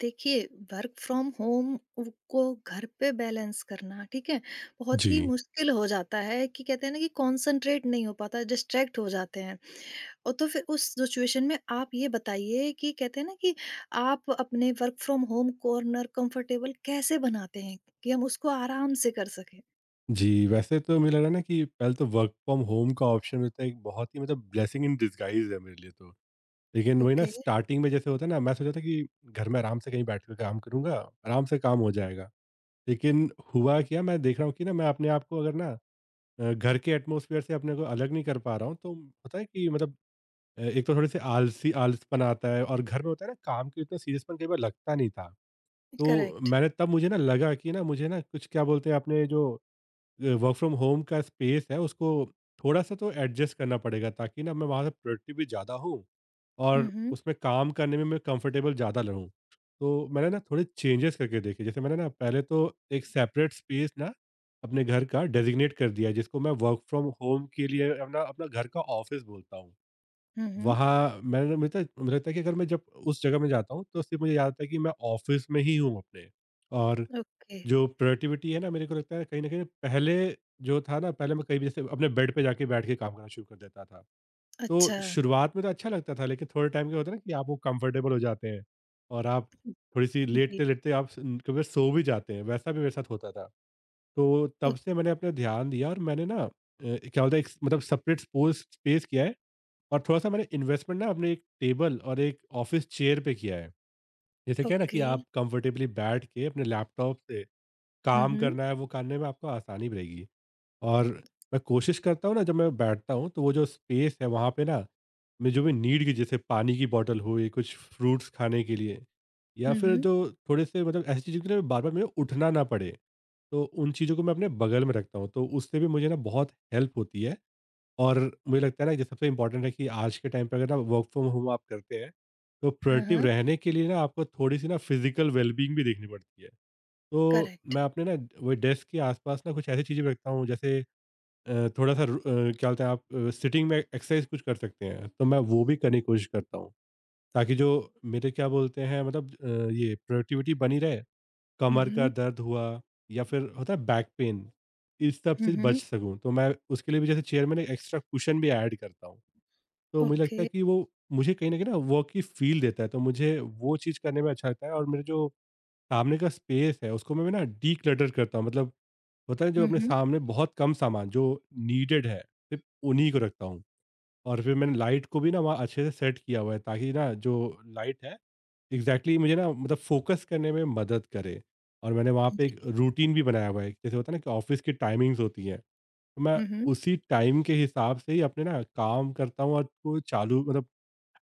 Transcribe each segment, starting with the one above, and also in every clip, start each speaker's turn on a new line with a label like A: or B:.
A: देखिए, work from home उ को घर पे बैलेंस करना, ठीक है? बहुत ही
B: जी,
A: मुश्किल हो जाता है कि कहते हैं ना कि कॉन्संट्रेट नहीं हो पाता, डिस्ट्रैक्ट हो जाते हैं। और तो फिर उस सिचुएशन में आप ये बताइए कि कहते हैं ना कि आप अपने work from home corner comfortable कैसे बनाते हैं कि हम उसको आराम से कर सकें?
B: जी, वैसे तो मुझे लग रहा है ना कि पहले तो वर्क फ्रॉम होम का ऑप्शन मिलता है, एक बहुत ही मतलब ब्लेसिंग इन डिसगाइज़ है मेरे लिए तो। लेकिन वही ना,
A: ओके,
B: स्टार्टिंग में जैसे होता है ना, मैं सोचा था कि घर में आराम से कहीं बैठ के काम करूँगा, आराम से काम हो जाएगा। लेकिन हुआ क्या, मैं देख रहा हूँ कि ना, मैं अपने आप को अगर ना घर के एटमॉस्फियर से अपने को अलग नहीं कर पा रहा हूँ, तो होता है कि मतलब एक तो थोड़े-से आलसी आलसपन आता है, और घर में होता है ना काम के इतना सीरियसपन कई बार लगता नहीं था। तो
A: करेक्ट।
B: मैंने तब मुझे ना लगा कि ना, मुझे ना कुछ क्या बोलते हैं, अपने जो वर्क फ्रॉम होम का स्पेस है उसको थोड़ा सा तो एडजस्ट करना पड़ेगा, ताकि ना मैं वहाँ से प्रोडक्टिव भी ज़्यादा हूँ,
A: हुँ,
B: और
A: हुँ।
B: उसमें काम करने में मैं कंफर्टेबल ज़्यादा रहूँ। तो मैंने ना थोड़े चेंजेस करके देखे। जैसे मैंने ना पहले तो एक सेपरेट स्पेस ना अपने घर का डेजिग्नेट कर दिया, जिसको मैं वर्क फ्रॉम होम के लिए अपना अपना घर का ऑफिस बोलता हूँ।
A: हुँ, हुँ।
B: वहाँ मैंने मुझे लगता है कि अगर मैं जब उस जगह में जाता हूँ, तो सिर्फ मुझे याद आता है कि मैं ऑफिस में ही हूँ अपने। और
A: ओके।
B: जो प्रोडक्टिविटी है ना, मेरे को लगता है कहीं न कहीं पहले जो था ना, पहले मैं कहीं भी जैसे अपने बेड पे जाके बैठ के काम करना शुरू कर देता था। तो
A: अच्छा।
B: शुरुआत में तो अच्छा लगता था, लेकिन थोड़े टाइम के होता है ना कि आप वो कंफर्टेबल हो जाते हैं, और आप थोड़ी-सी
A: जी।
B: लेटते-लेटते आप स कभी कभी सो भी जाते हैं, वैसा भी मेरे साथ होता था। तो
A: ओ
B: तब से मैंने अपना ध्यान दिया, और मैंने ना क्या बोलते हैं, एक मतलब सेपरेट स्पोस स्पेस किया है, और थोड़ा-सा मैंने इन्वेस्टमेंट ना अपने एक टेबल और एक ऑफ़िस चेयर पे किया है। जैसे क्या है ना, कि
A: ओके।
B: आप कंफर्टेबली बैठ के अपने लैपटॉप से
A: हुँ,
B: काम
A: हुँ।
B: करना है, वो करने में आपको आसानी भी रहेगी। और मैं कोशिश करता हूँ ना, जब मैं बैठता हूँ तो वो जो स्पेस है वहाँ पे ना, मैं जो भी नीड की, जैसे पानी की बॉटल हो, या कुछ फ्रूट्स खाने के लिए, या
A: हुँ,
B: फिर
A: हुँ।
B: जो थोड़े से मतलब ऐसी चीज़ों के लिए बार बार मुझे उठना ना पड़े, तो उन चीज़ों को मैं अपने बगल में रखता हूँ, तो उससे भी मुझे ना बहुत हेल्प होती है। और मुझे लगता है ना कि सबसे इम्पोर्टेंट है कि आज के टाइम पे अगर ना वर्क फ्रॉम होम आप करते हैं, तो
A: हाँ,
B: प्रोडक्टिव
A: हाँ।
B: रहने के लिए ना आपको थोड़ी सी ना फिजिकल वेलबींग भी देखनी पड़ती है। तो
A: करेक्ट।
B: मैं अपने ना वो डेस्क के आसपास ना कुछ ऐसी चीज़ें भी रखता हूँ, जैसे थोड़ा-सा क्या बोलते हैं आप, सिटिंग में एक्सरसाइज कुछ कर सकते हैं, तो मैं वो भी करने की कोशिश करता हूँ। ताकि जो मेरे क्या बोलते हैं मतलब ये प्रोडक्टिविटी बनी रहे,
A: हुँ,
B: कमर का
A: हुँ।
B: दर्द हुआ या फिर होता है बैक पेन, इस सब
A: हुँ,
B: से बच
A: हुँ।
B: सकूँ। तो मैं उसके लिए भी जैसे चेयर में ना एक्स्ट्रा कुशन भी ऐड करता हूँ। तो मुझे
A: ओके।
B: लगता है कि वो मुझे कहीं न कहीं ना वर्क की फ़ील देता है, तो मुझे वो चीज़ करने में अच्छा लगता है। और मेरे जो सामने का स्पेस है उसको मैं ना डिक्लटर करता हूँ, मतलब होता है जो
A: हुँ,
B: अपने
A: हुँ।
B: सामने बहुत कम सामान, जो नीडेड है सिर्फ उन्हीं को रखता हूँ। और फिर मैंने लाइट को भी ना वहाँ अच्छे से सेट किया हुआ है, ताकि ना जो लाइट है एग्जैक्टली exactly मुझे ना मतलब फोकस करने में मदद करे। और मैंने वहाँ पे एक रूटीन भी बनाया हुआ है, जैसे होता है ना कि ऑफिस की टाइमिंग्स होती हैं, तो मैं
A: हुँ, हुँ।
B: उसी टाइम के हिसाब से ही अपने ना काम करता हूँ, और को चालू मतलब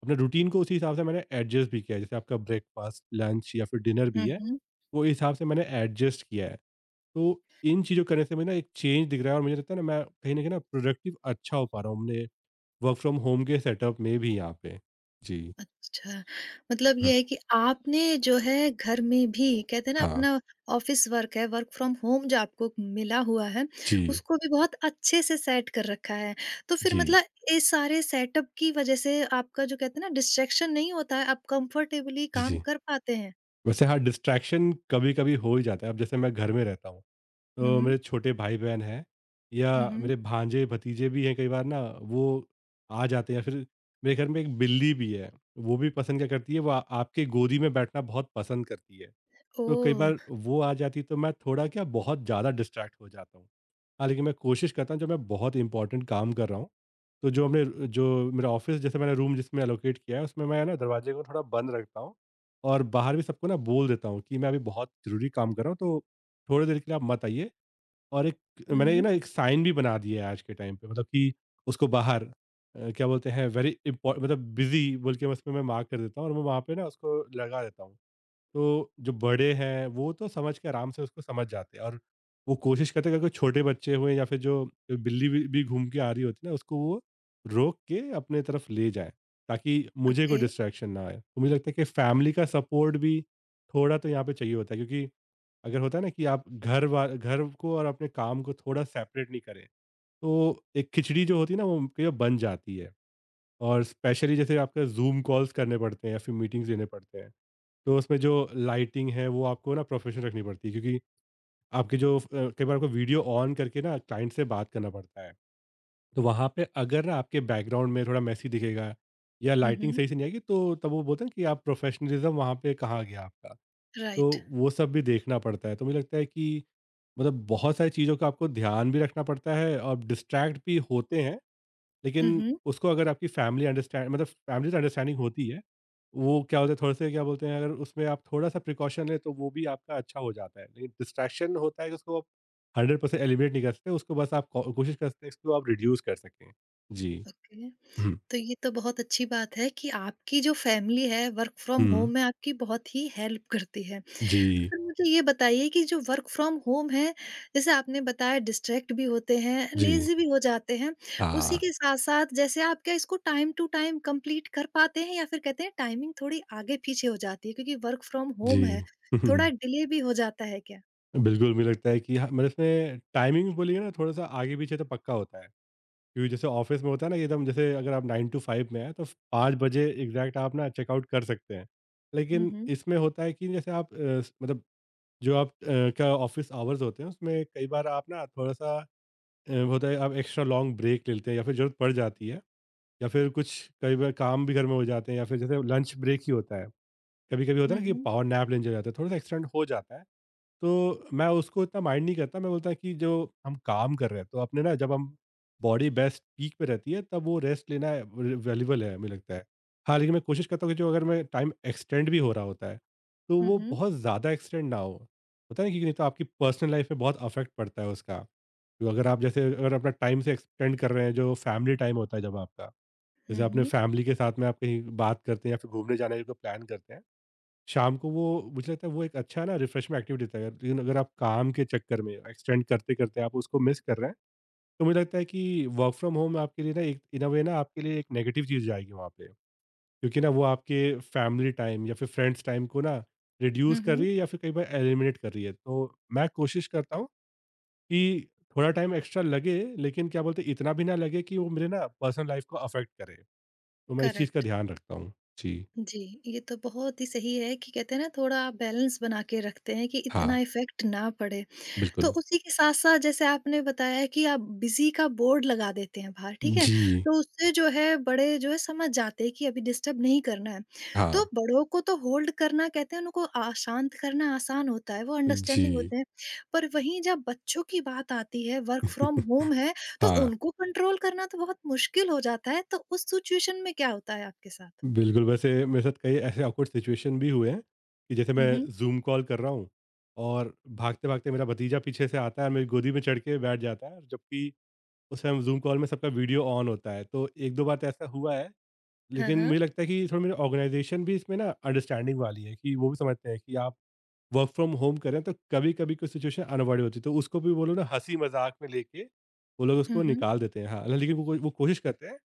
B: अपने रूटीन को उसी हिसाब से मैंने एडजस्ट भी किया है, जैसे आपका ब्रेकफास्ट, लंच या फिर डिनर
A: हुँ,
B: भी है,
A: हुँ।
B: वो हिसाब से मैंने एडजस्ट किया है। तो इन चीज़ों करने से मुझे ना एक चेंज दिख रहा है, और मुझे लगता है ना मैं कहीं न कहीं ना प्रोडक्टिव अच्छा हो पा रहा हूँ अपने वर्क फ्रॉम होम के सेटअप में भी यहाँ पे। जी।
A: अच्छा, मतलब
B: हुँ।
A: ये है कि आपने जो है घर में भी कहते हैं ना
B: हाँ।
A: अपना ऑफ़िस वर्क है, वर्क फ्रॉम होम जो आपको मिला हुआ है,
B: जी,
A: उसको भी बहुत अच्छे से सेट कर रखा है। तो फिर
B: जी,
A: मतलब इस सारे सेटअप की वज़ह से आपका जो कहते हैं ना डिस्ट्रैक्शन नहीं होता है, आप कम्फ़र्टेबली
B: जी,
A: काम
B: जी।
A: कर पाते हैं।
B: वैसे हाँ, डिस्ट्रैक्शन कभी-कभी हो ही जाता है। अब जैसे मैं घर में रहता हूँ,
A: हुँ,
B: तो
A: हुँ।
B: मेरे छोटे भाई-बहन हैं, या
A: हुँ, हुँ।
B: मेरे भांजे-भतीजे भी हैं, कई बार ना वो आ जाते हैं, या फिर मेरे घर में एक बिल्ली भी है, वो भी पसंद क्या करती है, वो आपके गोदी में बैठना बहुत पसंद करती है। तो कई
A: ओह!
B: बार वो आ जाती, तो मैं थोड़ा क्या, बहुत ज़्यादा डिस्ट्रैक्ट हो जाता हूँ। हाँ, लेकिन मैं कोशिश करता हूँ, जब मैं बहुत इम्पोर्टेंट काम कर रहा हूँ, तो जो मेरा ऑफ़िस जैसे मैंने रूम जिसमें एलोकेट किया है, उसमें मैं ना दरवाज़े को थोड़ा बंद रखता हूँ, और बाहर भी सबको ना बोल देता हूँ कि मैं अभी बहुत ज़रूरी काम कर रहा हूँ, तो थोड़ी देर के लिए आप मत आइए। और एक, मैंने ये
A: हुँ,
B: ना एक साइन भी बना दिया है आज के टाइम पे, मतलब कि उसको बाहर क्या बोलते हैं, वेरी इम्पो मतलब बिज़ी बोल के, मैं उसमें मैं मार्क कर देता हूँ, और मैं वहाँ पे ना उसको लगा देता हूँ। तो जो बड़े हैं वो तो समझ के आराम से उसको समझ जाते हैं, और वो कोशिश करते हैं कि अगर कोई छोटे बच्चे हुए या फिर जो बिल्ली भी घूम के आ रही होती है ना, उसको वो रोक के अपने तरफ ले जाएं, ताकि मुझे कोई
A: ओके।
B: डिस्ट्रैक्शन ना आए। तो मुझे लगता है कि फैमिली का सपोर्ट भी थोड़ा तो यहाँ पे चाहिए होता है, क्योंकि अगर होता है ना कि आप घर को और अपने काम को थोड़ा सेपरेट नहीं करें, तो एक खिचड़ी जो होती है ना वो कई बार बन जाती है। और स्पेशली जैसे आपके जूम कॉल्स करने पड़ते हैं, या फिर मीटिंग्स देने पड़ते हैं, तो उसमें जो लाइटिंग है वो आपको ना प्रोफेशनल रखनी पड़ती है, क्योंकि आपके जो कई बार आपको वीडियो ऑन करके ना क्लाइंट से बात करना पड़ता है। तो वहाँ पे अगर ना आपके बैकग्राउंड में थोड़ा मैसी दिखेगा या
A: हुँ,
B: लाइटिंग
A: हुँ।
B: सही से नहीं आएगी, तो तब वो बोलते हैं कि आप, प्रोफेशनलिज्म वहाँ पे कहाँ गया आपका। तो
A: राइट।
B: वो सब भी देखना पड़ता है, तो मुझे लगता है कि मतलब बहुत सारी चीज़ों का आपको ध्यान भी रखना पड़ता है, और डिस्ट्रैक्ट भी होते हैं। लेकिन
A: हुँ, हुँ।
B: उसको अगर आपकी फैमिली से अंडरस्टैंडिंग होती है, वो क्या होता है थोड़े से, क्या बोलते हैं, अगर उसमें आप थोड़ा-सा प्रिकॉशन लें तो वो भी आपका अच्छा हो जाता है। लेकिन डिस्ट्रैक्शन होता है कि उसको आप 100% एलिमिनेट नहीं कर सकते, उसको बस आप को कोशिश कर सकते हैं, इसको आप रिड्यूस कर सकें। जी।
A: ओके।
B: हुँ,
A: तो ये तो बहुत अच्छी बात है कि आपकी जो फैमिली है वर्क फ्रॉम
B: हुँ।
A: होम में आपकी बहुत ही हेल्प करती है। तो
B: जी,
A: फिर मुझे ये बताइए कि जो वर्क फ्रॉम होम है, जैसे आपने बताया डिस्ट्रैक्ट भी होते हैं,
B: जी।
A: लेज़ी भी हो जाते हैं, उसी
B: हाँ,
A: के साथ-साथ जैसे आप क्या इसको टाइम टू टाइम कंप्लीट कर पाते हैं या फिर कहते हैं टाइमिंग थोड़ी आगे-पीछे हो जाती है क्योंकि वर्क फ्रॉम
B: जी।
A: होम है,
B: हम्म,
A: थोड़ा डिले भी हो जाता है क्या?
B: बिल्कुल, मुझे लगता है कि हाँ, मतलब इसमें टाइमिंग बोलिए ना, थोड़ा-सा आगे-पीछे तो पक्का होता है। क्योंकि जैसे ऑफिस में होता है ना कि एकदम, जैसे अगर आप 9 टू 5 में हैं, तो 5 बजे एग्जैक्ट आप ना चेकआउट कर सकते हैं।
A: हुँ,
B: लेकिन
A: हुँ।
B: इसमें होता है कि जैसे आप अ, स मतलब जो आप का ऑफिस आवर्स होते हैं, उसमें कई बार आप ना थोड़ा-सा होता है आप एक्स्ट्रा लॉन्ग ब्रेक ले लेते हैं, या फिर ज़रूरत पड़ जाती है, या फिर कुछ कई बार काम भी घर में हो जाते हैं, या फिर जैसे लंच ब्रेक ही होता है। कभी-कभी होता
A: हुँ,
B: है ना कि
A: हुँ।
B: पावर नैप लेने चले जाते हैं, थोड़ा-सा एक्सटेंड हो जाता है। तो मैं उसको इतना माइंड नहीं करता, मैं बोलता कि जो हम काम कर रहे हैं, तो अपने ना, जब हम बॉडी बेस्ट पीक पे रहती है, तब वो रेस्ट लेना वैल्यूबल है, मुझे लगता है। हाँ, लेकिन मैं कोशिश करता हूँ कि जो अगर मैं टाइम एक्सटेंड भी हो रहा होता है, तो
A: हुँ,
B: वो
A: हुँ।
B: बहुत ज़्यादा एक्सटेंड ना हो, होता है ना कि नहीं तो आपकी पर्सनल लाइफ पे बहुत अफेक्ट पड़ता है उसका। तो अगर आप जैसे, अगर अपना टाइम से एक्सटेंड कर रहे हैं, जो फैमिली टाइम होता है जब आपका, जैसे
A: हुँ,
B: अपने
A: हुँ।
B: फैमिली के साथ में आप कहीं बात करते हैं या फिर घूमने जाने का प्लान करते हैं शाम को, वो मुझे लगता है वो एक अच्छा ना रिफ्रेशमेंट एक्टिविटी होता है, लेकिन अगर आप काम के चक्कर में एक्सटेंड करते करते आप उसको मिस कर रहे हैं, तो मुझे लगता है कि वर्क फ्रॉम होम आपके लिए ना एक इन अ वे ना, आपके लिए एक नेगेटिव चीज़ जाएगी वहाँ पे, क्योंकि ना वो आपके फैमिली टाइम या फिर फ्रेंड्स टाइम को ना
A: हुँ,
B: रिड्यूस कर
A: हुँ।
B: रही है, या फिर कई बार एलिमिनेट कर रही है, तो मैं कोशिश करता हूँ कि थोड़ा टाइम एक्स्ट्रा लगे। लेकिन क्या बोलते हैं, इतना भी ना लगे कि वो मेरे ना पर्सनल लाइफ को अफेक्ट करे, तो मैं इस चीज़ का
A: करेक्ट।
B: ध्यान रखता हूँ। जी।
A: जी, ये तो बहुत ही सही है कि कहते हैं ना थोड़ा आप बैलेंस बना के रखते हैं कि
B: हाँ।
A: इतना इफ़ेक्ट ना पड़े। तो
B: बिल्कुल।
A: उसी के साथ-साथ जैसे आपने बताया कि आप बिज़ी का बोर्ड लगा देते हैं बाहर, ठीक है?
B: जी।
A: तो उससे जो है बड़े जो है समझ जाते हैं कि अभी डिस्टर्ब नहीं करना है। तो
B: हाँ।
A: बड़ों को तो होल्ड करना कहते हैं उनको शांत करना आसान होता है, वो अंडरस्टैंडिंग
B: जी।
A: होते हैं। पर वहीं जब बच्चों की बात आती है, वर्क फ्रॉम होम है, तो
B: हाँ।
A: उनको कंट्रोल करना तो बहुत मुश्किल हो जाता है। तो उस सिचुएशन में क्या होता है आपके साथ?
B: बिल्कुल, वैसे मेरे साथ कई ऐसे ऑकवर्ड सिचुएशन भी हुए हैं कि जैसे मैं
A: हुँ, हुँ।
B: ज़ूम कॉल कर रहा हूँ और भागते-भागते मेरा भतीजा पीछे से आता है और मेरी गोदी में चढ़ के बैठ जाता है, जबकि उस टाइम ज़ूम कॉल में सबका वीडियो ऑन होता है। तो 1-2 बार तो ऐसा हुआ है,
A: हाँ,
B: लेकिन
A: हाँ।
B: मुझे लगता है कि थोड़ा मेरा ऑर्गनाइज़ेशन भी इसमें ना अंडरस्टैंडिंग वाली है कि वो भी समझते हैं कि आप वर्क फ्रॉम होम करें तो कभी कभी कोई सिचुएशन अनअवॉइडेबल होती है, तो उसको भी वो लोग ना हंसी मजाक में लेके वो लोग
A: हुँ,
B: उसको
A: हुँ।
B: निकाल देते हैं। हाँ, लेकिन वो कोशिश करते हैं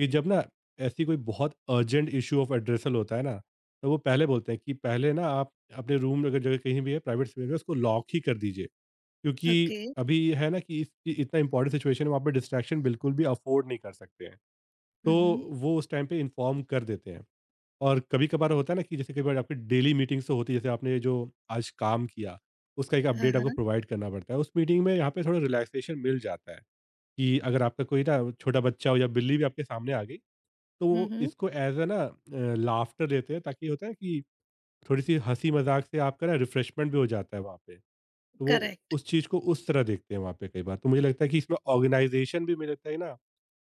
B: कि जब ना ऐसी कोई बहुत अर्जेंट इशू ऑफ एड्रेसल होता है ना, तो वो पहले बोलते हैं कि पहले ना आप अपने रूम, अगर जगह कहीं भी है प्राइवेट स्पेस में, उसको लॉक ही कर दीजिए। क्योंकि
A: ओके।
B: अभी है ना कि इस इतना इंपॉर्टेंट सिचुएशन है, वहाँ पर डिस्ट्रैक्शन बिल्कुल भी अफोर्ड नहीं कर सकते हैं। तो
A: हुँ, हुँ।
B: वो उस टाइम पे इन्फॉर्म कर देते हैं। और कभी-कभार होता है ना कि जैसे कई बार आपकी डेली मीटिंग्स तो होती है, जैसे आपने जो आज काम किया, उसका एक
A: हाँ,
B: अपडेट आपको
A: हाँ।
B: प्रोवाइड करना पड़ता है। उस मीटिंग में यहाँ पे थोड़ा रिलैक्सेशन मिल जाता है कि अगर आपका कोई ना छोटा बच्चा हो या बिल्ली भी आपके सामने आ गई, तो
A: हुँ,
B: वो
A: हुँ।
B: इसको एज़ अ ना लाफ्टर देते हैं, ताकि होता है कि थोड़ी-सी हँसी-मज़ाक से आपका ना रिफ्रेशमेंट भी हो जाता है वहाँ पे। तो वो
A: करेक्ट।
B: उस चीज़ को उस तरह देखते हैं वहाँ पे कई बार। तो मुझे लगता है कि इसमें ऑर्गनाइज़ेशन भी मुझे लगता है ना,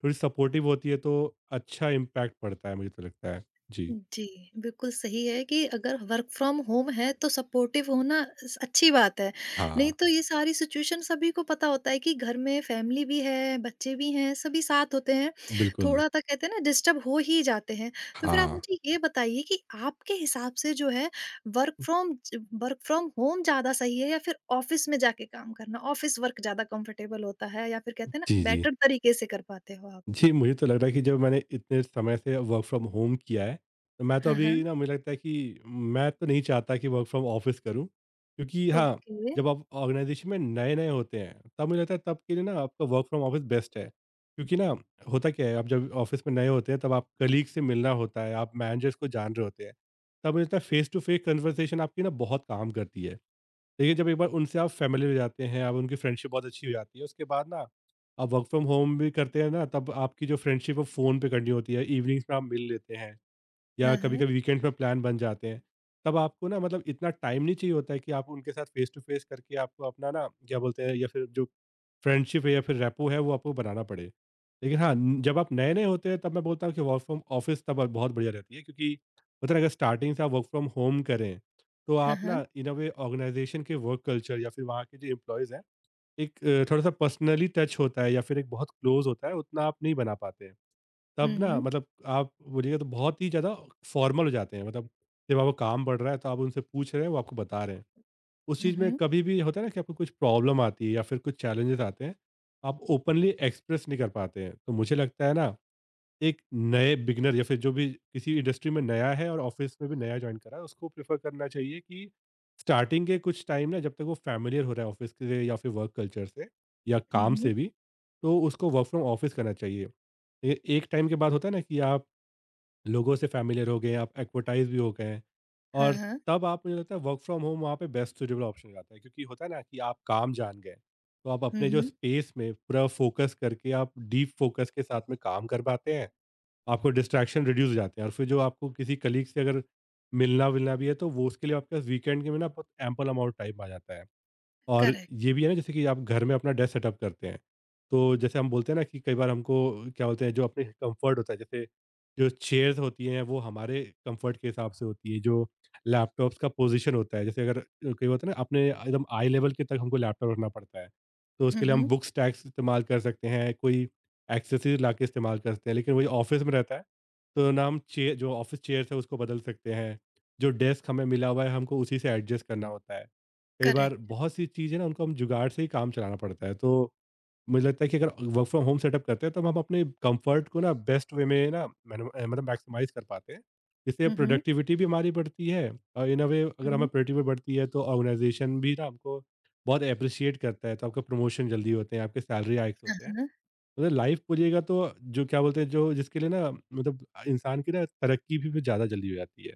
B: थोड़ी सपोर्टिव होती है, तो अच्छा इम्पैक्ट पड़ता है, मुझे तो लगता है। जी।
A: जी, बिल्कुल सही है कि अगर वर्क फ्रॉम होम है तो सपोर्टिव होना स अच्छी बात है।
B: हाँ,
A: नहीं तो ये सारी सिचुएशन सभी को पता होता है कि घर में फैमिली भी है, बच्चे भी हैं, सभी साथ होते हैं।
B: बिल्कुल।
A: थोड़ा-सा कहते हैं ना डिस्टर्ब हो ही जाते हैं। तो फिर आप
B: हाँ।
A: मुझे ये बताइए कि आपके हिसाब से जो है वर्क फ्रॉम होम ज़्यादा सही है या फिर ऑफ़िस में जाके काम करना? ऑफ़िस वर्क ज़्यादा कंफर्टेबल होता है या फिर कहते हैं ना
B: जी, जी।
A: बेटर तरीके से कर पाते हो आप?
B: जी, मुझे तो लग रहा है कि जब मैंने इतने समय से वर्क फ्रॉम होम किया है, तो मैं तो
A: हाँ, हाँ।
B: अभी ना मुझे लगता है कि मैं तो नहीं चाहता कि वर्क फ्रॉम ऑफिस करूँ। क्योंकि हाँ,
A: ओके।
B: जब आप ऑर्गनाइज़ेशन में नए-नए होते हैं, तब मुझे लगता है तब के लिए ना आपका वर्क फ्रॉम ऑफिस बेस्ट है। क्योंकि ना होता क्या है, आप जब ऑफिस में नए होते हैं, तब आप कलीग से मिलना होता है, आप मैनेजर्स को जान रहे होते हैं। तब मुझे लगता है फेस टू फेस कन्वर्सेशन आपकी ना बहुत काम करती है। देखिए, जब एक बार उनसे आप फ़ैमिली हो जाते हैं, आप उनकी फ्रेंडशिप बहुत अच्छी हो जाती है, उसके बाद ना आप वर्क फ्रॉम होम भी करते हैं ना, तब आपकी जो फ्रेंडशिप है फ़ोन पे करनी होती है, इवनिंग्स में आप मिल लेते हैं या
A: हाँ, हाँ।
B: कभी-कभी वीकेंड्स में प्लान बन जाते हैं। तब आपको ना मतलब इतना टाइम नहीं चाहिए होता है कि आप उनके साथ फ़ेस टू फ़ेस करके आपको अपना ना क्या बोलते हैं, या फिर जो फ्रेंडशिप है या फिर रेपो है वो आपको बनाना पड़े। लेकिन हाँ, जब आप नए नए होते हैं तब मैं बोलता हूँ कि वर्क फ्रॉम ऑफिस तब बहुत बढ़िया रहती है। क्योंकि मतलब अगर स्टार्टिंग से आप वर्क फ्रॉम होम करें, तो
A: हाँ,
B: आप
A: हाँ।
B: ना इन अ वे ऑर्गेनाइजेशन के वर्क कल्चर या फिर वहाँ के जो एम्प्लॉयज़ हैं, एक थोड़ा सा पर्सनली टच होता है या फिर एक बहुत क्लोज होता है, उतना आप नहीं बना पाते हैं।
A: हुँ,
B: तब ना
A: हुँ।
B: मतलब आप बोलिएगा तो बहुत ही ज़्यादा फॉर्मल हो जाते हैं। मतलब जब आपको काम बढ़ रहा है तो आप उनसे पूछ रहे हैं, वो आपको बता रहे हैं, उस चीज़ में
A: Mhm.
B: कभी भी होता है ना कि आपको कुछ प्रॉब्लम आती है या फिर कुछ चैलेंजेस आते हैं, आप ओपनली एक्सप्रेस नहीं कर पाते हैं। तो मुझे लगता है ना, एक नए बिगनर या फिर जो भी किसी इंडस्ट्री में नया है और ऑफिस में भी नया ज्वाइन करा है, उसको प्रेफर करना चाहिए कि स्टार्टिंग के कुछ टाइम ना, जब तक वो फैमिलियर हो रहा है ऑफिस से या फिर वर्क कल्चर से या काम
A: Mhm.
B: से भी, तो उसको वर्क फ्रॉम ऑफिस करना चाहिए। ये एक टाइम के बाद होता है ना कि आप लोगों से फैमिलियर हो गए, आप एक्वटाइज भी हो गए हैं।
A: हाँ,
B: और
A: हाँ।
B: तब आप, मुझे लगता है, वर्क फ्रॉम होम वहाँ पे बेस्ट सुटेबल ऑप्शन हो जाता है। क्योंकि होता है ना कि आप काम जान गए, तो आप अपने जो
A: हुँ,
B: स्पेस में पूरा फोकस करके आप डीप फोकस के साथ में काम कर पाते हैं, आपको डिस्ट्रैक्शन रिड्यूस हो जाते हैं। और फिर जो आपको किसी कलीग से अगर मिलना विलना भी है, तो वो उसके लिए आपके पास वीकेंड के में ना बहुत एम्पल अमाउंट टाइम आ जाता है। और
A: करेक्ट।
B: ये भी है ना जैसे कि आप घर में अपना डेस्क सेटअप करते हैं, तो जैसे हम बोलते हैं ना कि कई बार हमको क्या बोलते हैं, जो अपने कंफर्ट होता है, जैसे जो चेयर्स होती हैं वो हमारे कंफर्ट के हिसाब से होती है, जो लैपटॉप्स का पोजीशन होता है, जैसे अगर कई होता है ना अपने एकदम आई लेवल के तक हमको लैपटॉप रखना पड़ता है, तो
A: हुँ,
B: उसके लिए हम
A: हुँ,
B: बुक्स टैक्स इस्तेमाल कर सकते हैं, कोई एक्सेसरीज ला के इस्तेमाल कर सकते हैं। लेकिन वही ऑफिस में रहता है तो ना हम चेयर, जो ऑफिस चेयर है उसको बदल सकते हैं, जो डेस्क हमें मिला हुआ है हमको उसी से एडजस्ट करना होता है। कई बार
A: करेक्ट।
B: बहुत सी चीज़ है ना, उनको हम जुगाड़ से ही काम चलाना पड़ता है। तो मुझे लगता है कि अगर वर्क फ्रॉम होम सेटअप करते हैं, तो हम अपने कंफर्ट को ना बेस्ट वे में ना मतलब मैक्सिमाइज कर पाते हैं। इससे
A: हुँ, हुँ,
B: प्रोडक्टिविटी भी हमारी बढ़ती है। और इन अ वे, अगर
A: हुँ।
B: हमें प्रोडक्टिविटी बढ़ती है, तो ऑर्गेनाइजेशन भी ना हमको बहुत अप्रिशिएट करता है, तो आपका प्रमोशन जल्दी होते हैं, आपके सैलरी हाइक्स
A: हाँ,
B: होते हैं।
A: हाँ,
B: मतलब लाइफ बोलिएगा तो, जो क्या बोलते हैं, जो जिसके लिए ना मतलब इंसान की ना तरक्की भी ज़्यादा जल्दी हो जाती है।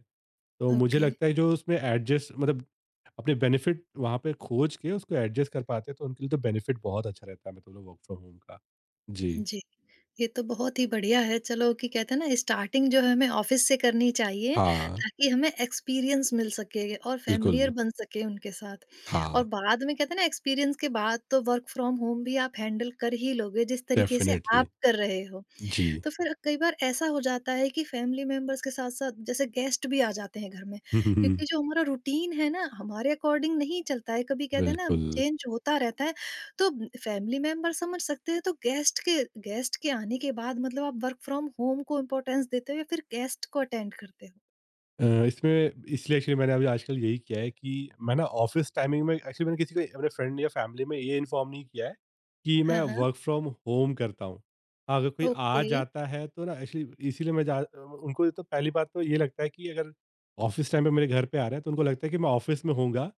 B: तो मुझे
A: ओके।
B: लगता है, जो उसमें एडजस्ट मतलब अपने बेनिफिट वहाँ पे खोज के उसको एडजस्ट कर पाते हैं, तो उनके लिए तो बेनिफिट बहुत अच्छा रहता है मतलब वर्क फ्रॉम होम का। जी।
A: जी, ये तो बहुत ही बढ़िया है। चलो कि कहते हैं ना स्टार्टिंग जो है हमें ऑफ़िस से करनी चाहिए
B: हाँ,
A: ताकि हमें एक्सपीरियंस मिल सके और फ़ैमिलियर
B: बिल्कुल।
A: बन सके उनके साथ।
B: हाँ,
A: और बाद में कहते हैं ना एक्सपीरियंस के बाद तो वर्क फ्रॉम होम भी आप हैंडल कर ही लोगे जिस तरीके से
B: डेफ़िनेटली।
A: आप कर रहे हो।
B: जी।
A: तो फिर कई बार ऐसा हो जाता है कि फैमिली मेंबर्स के साथ-साथ जैसे गेस्ट भी आ जाते हैं घर में, क्योंकि जो हमारा रूटीन है ना, हमारे अकॉर्डिंग नहीं चलता है, कभी कहते हैं ना
B: बिल्कुल।
A: चेंज होता रहता है। तो फैमिली मेंबर समझ सकते हैं, तो गेस्ट के आने के बाद मतलब आप वर्क फ्रॉम होम को इम्पोर्टेंस देते हो या फिर गेस्ट को अटेंड करते हो?
B: इसमें इसलिए एक्चुअली मैंने अभी आजकल यही किया है कि मैं ना ऑफिस टाइमिंग में, एक्चुअली मैंने किसी को अपने फ्रेंड या फैमिली में ये इन्फॉर्म नहीं किया है कि मैं
A: हाँ, हाँ।
B: वर्क फ्रॉम होम करता हूँ। हाँ, अगर कोई आ
A: ओके।
B: जाता है तो ना, एक्चुअली इसीलिए मैं जा उनको तो पहली बात तो ये लगता है कि अगर ऑफिस टाइम पे मेरे घर पे आ रहा है, तो उनको लगता है कि मैं ऑफिस में होऊँगा।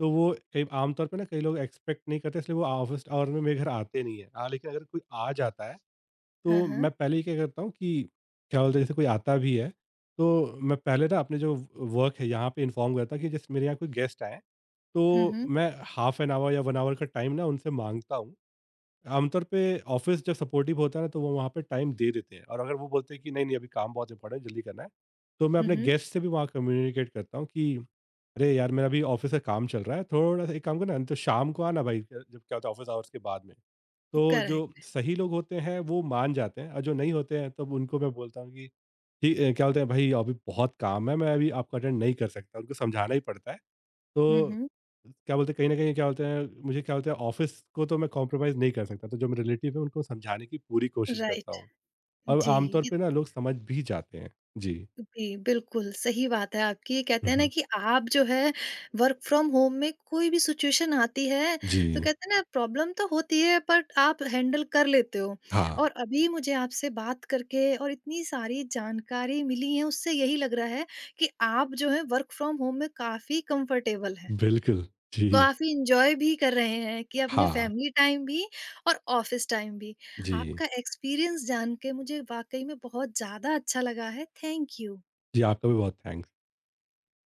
B: तो वो कई आमतौर पे ना, कई लोग एक्सपेक्ट नहीं करते, इसलिए वो ऑफिस आवर में मेरे घर आते नहीं हैं। हाँ, लेकिन अगर कोई आ जाता है,
A: हाँ,
B: तो मैं
A: हाँ।
B: पहले ही क्या करता हूँ कि, क्या बोलते हैं, जैसे कोई आता भी है, तो मैं पहले ना अपने जो वर्क है यहाँ पे इन्फॉर्म करता कि जैसे मेरे यहाँ कोई गेस्ट आए, तो
A: हुँ, हुँ।
B: मैं हाफ एन आवर या वन आवर का टाइम ना उनसे मांगता हूँ। आमतौर पे ऑफिस जब सपोर्टिव होता है ना, तो वो वहाँ पे टाइम दे देते हैं, और अगर वो बोलते हैं कि नहीं नहीं अभी काम बहुत इंपॉर्टेंट है, जल्दी करना है, तो मैं
A: हुँ,
B: अपने
A: हुँ।
B: गेस्ट से भी वहाँ कम्युनिकेट करता हूँ कि, अरे यार मेरा अभी ऑफिस का काम चल रहा है, थोड़ा सा एक काम करना, नहीं तो शाम को आना भाई, जब क्या होता है ऑफिस आवर्स के बाद में। तो जो
A: करेक्ट।
B: सही लोग होते हैं वो मान जाते हैं, और जो नहीं होते हैं तब उनको मैं बोलता हूँ कि, ठीक क्या बोलते हैं भाई अभी बहुत काम है, मैं अभी आपको अटेंड नहीं कर सकता, उनको समझाना ही पड़ता है। तो
A: हुँ, हुँ।
B: क्या बोलते हैं, कहीं ना कहीं, क्या बोलते हैं, मुझे, क्या बोलते हैं, ऑफिस को तो मैं कॉम्प्रोमाइज़ नहीं कर सकता, तो जो मेरे रिलेटिव है उनको समझाने की पूरी कोशिश करता
A: राइट।
B: हूँ। और
A: जी।
B: आमतौर पे ना लोग समझ भी जाते हैं। जी।
A: जी, बिल्कुल, सही बात है आपकी। ये कहते हैं ना
B: हम्म,
A: कि आप जो है वर्क फ्रॉम होम में कोई भी सिचुएशन आती है, तो
B: जी।
A: कहते हैं ना प्रॉब्लम तो होती है बट आप हैंडल कर लेते हो।
B: हाँ,
A: और अभी मुझे आपसे बात करके और इतनी सारी जानकारी मिली है, उससे यही लग रहा है कि आप जो है वर्क फ्रॉम होम में काफ़ी कंफर्टेबल हैं।
B: बिल्कुल। जी।
A: काफ़ी एन्जॉय भी कर रहे हैं कि अपने
B: हाँ।
A: फैमिली टाइम भी और ऑफ़िस टाइम भी।
B: जी।
A: आपका एक्सपीरियंस जान के मुझे वाक़ई में बहुत ज़्यादा अच्छा लगा है। Thank you.
B: जी, आपका भी बहुत थैंक्स।